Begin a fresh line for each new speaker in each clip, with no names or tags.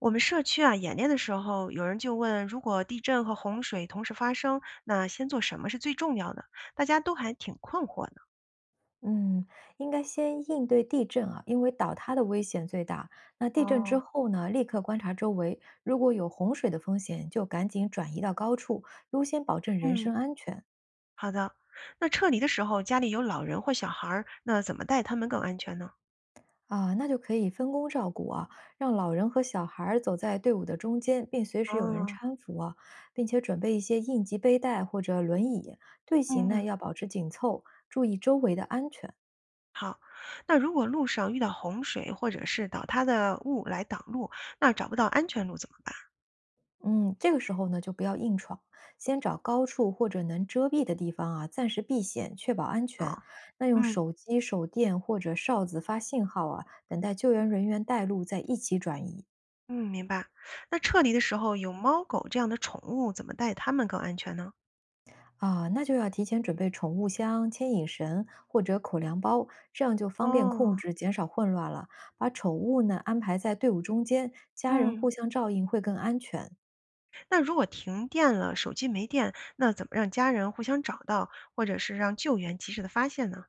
我们社区啊，演练的时候，有人就问，如果地震和洪水同时发生，那先做什么是最重要的？大家都还挺困惑的。
嗯，应该先应对地震啊，因为倒塌的危险最大。那地震之
哦，
后呢，立刻观察周围，如果有洪水的风险，就赶紧转移到高处，优先保证人
嗯，
身安全
好的。那撤离的时候，家里有老人或小孩儿，那怎么带他们更安全呢？
啊。那就可以分工照顾啊，让老人和小孩儿走在队伍的中间，并随时有人
哦，
搀扶啊，并且准备一些应急背带或者轮椅。队形呢
嗯，
要保持紧凑，注意周围的安全。
好。那如果路上遇到洪水或者是倒塌的物来挡路，那找不到安全路怎么办？
嗯，这个时候呢，就不要硬闯，先找高处或者能遮蔽的地方啊，暂时避险，确保安
哦，
全。那用
嗯
手机、手电或者哨子发信号啊，等待救援人员带路，再一起转移。
嗯，明白。那撤离的时候，有猫狗这样的宠物，怎么带它们更安全呢？
啊，那就要提前准备宠物箱、牵引绳或者口粮包，这样就方便控
哦，
制，减少混乱了。把宠物呢安排在队伍中间，家人
嗯。
互相照应会更安全。
那如果停电了，手机没电，那怎么让家人互相找到，或者是让救援及时的发现呢？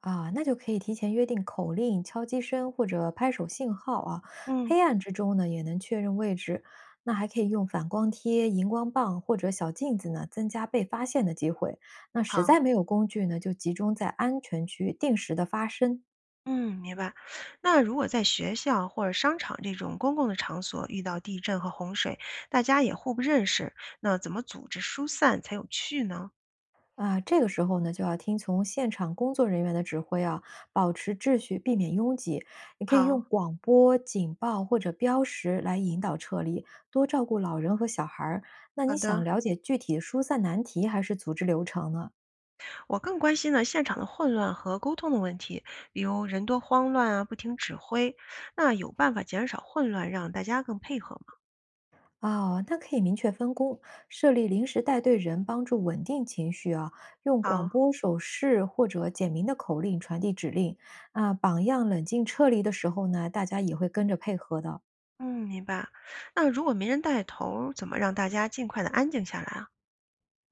啊，那就可以提前约定口令、敲击声或者拍手信号啊。
嗯，
黑暗之中呢，也能确认位置。那还可以用反光贴、荧光棒或者小镜子呢，增加被发现的机会。那实
好，
在没有工具呢，就集中在安全区定时的发声。
嗯，明白。那如果在学校或者商场这种公共的场所遇到地震和洪水，大家也互不认识，那怎么组织疏散才有趣呢？
啊，这个时候呢，就要听从现场工作人员的指挥啊，保持秩序，避免拥挤。你可以
好。
用广播、警报或者标识来引导撤离，多照顾老人和小孩儿。那
好
你想
的，
了解具体的疏散难题还是组织流程呢？
我更关心呢现场的混乱和沟通的问题，比如人多慌乱啊，不听指挥，那有办法减少混乱，让大家更配合吗？
哦，那可以明确分工，设立临时带队人，帮助稳定情绪啊。用
好，
广播手势或者简明的口令传递指令啊。榜样冷静撤离的时候呢，大家也会跟着配合的。
嗯，明白。那如果没人带头，怎么让大家尽快的安静下来啊？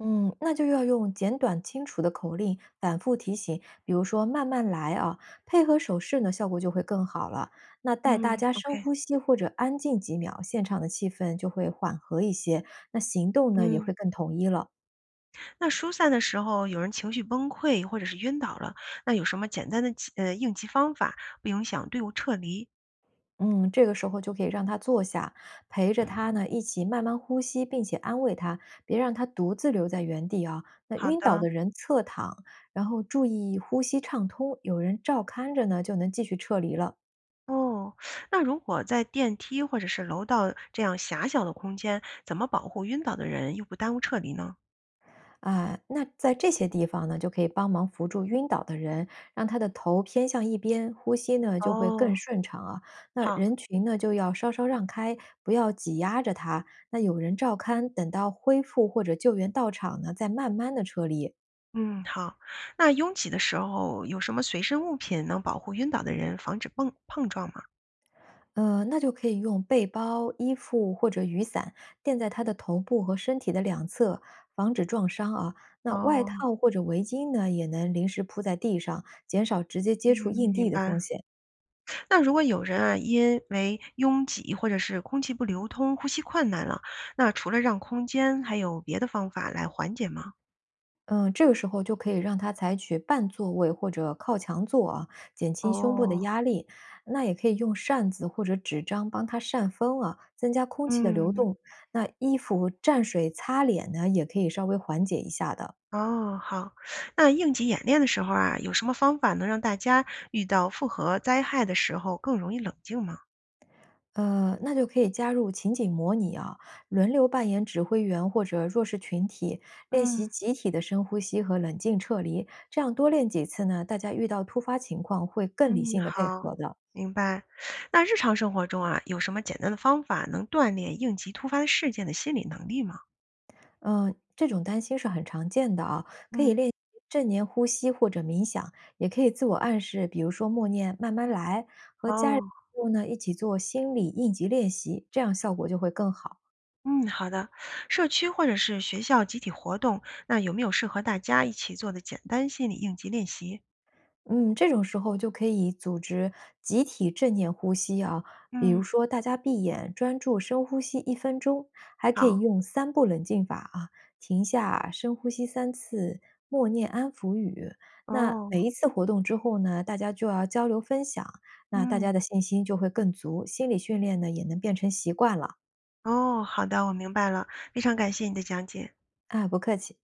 嗯，那就要用简短清楚的口令反复提醒，比如说慢慢来啊，配合手势呢，效果就会更好了。那带大
嗯，
家深
OK，
呼吸或者安静几秒，现场的气氛就会缓和一些，那行动呢也
嗯，
会更统一了。
那疏散的时候有人情绪崩溃或者是晕倒了，那有什么简单的急应急方法，不影响队伍撤离？
嗯，这个时候就可以让他坐下，陪着他呢一起慢慢呼吸，并且安慰他，别让他独自留在原地啊。那
好
晕倒
的，
的人侧躺，然后注意呼吸畅通，有人照看着呢，就能继续撤离了。
哦，那如果在电梯或者是楼道这样狭小的空间，怎么保护晕倒的人又不耽误撤离呢？
啊，那在这些地方呢，就可以帮忙扶住晕倒的人，让他的头偏向一边，呼吸呢就会更
哦，
顺畅啊。那
好，
人群呢就要稍稍让开，不要挤压着他。那有人照看，等到恢复或者救援到场呢，再慢慢的撤离。
嗯，好。那拥挤的时候有什么随身物品能保护晕倒的人，防止碰碰撞吗？
那就可以用背包、衣服或者雨伞垫在他的头部和身体的两侧，防止撞伤啊。那外
哦。
套或者围巾呢，也能临时铺在地上，减少直接
嗯，
接触硬
明
地的风
白。
险。
那如果有人啊，因为拥挤或者是空气不流通，呼吸困难了，那除了让空间，还有别的方法来缓解吗？
嗯，这个时候就可以让他采取半坐位或者靠墙坐啊，减轻胸部的
哦，
压力。那也可以用扇子或者纸张帮他扇风啊，增加空气的流
嗯，
动。那衣服蘸水擦脸呢，也可以稍微缓解一下的。
哦，好。那应急演练的时候啊，有什么方法能让大家遇到复合灾害的时候更容易冷静吗？
那就可以加入情景模拟啊，轮流扮演指挥员或者弱势群体，练
嗯
习集体的深呼吸和冷静撤离。这样多练几次呢，大家遇到突发情况会更理
嗯，
性的配
好，
合的。
明白。那日常生活中啊，有什么简单的方法能锻炼应急突发事件的心理能力吗？
嗯，这种担心是很常见的啊，可以
嗯，
练习正念呼吸或者冥想，也可以自我暗示，比如说默念“慢慢来”，和家人
哦。
朋友呢一起做心理应急练习，这样效果就会更好。
嗯，好的。社区或者是学校集体活动，那有没有适合大家一起做的简单心理应急练习？
嗯，这种时候就可以组织集体正念呼吸啊，比如
嗯，
说大家闭眼专注深呼吸1分钟，还可以
好，
用三步冷静法啊，停下深呼吸3次，默念安抚语。那
哦，
每一次活动之后呢，大家就要交流分享，那大
嗯，
家的信心就会更足，心理训练呢也能变成习惯了。
哦，好的，我明白了，非常感谢你的讲解。
啊。不客气。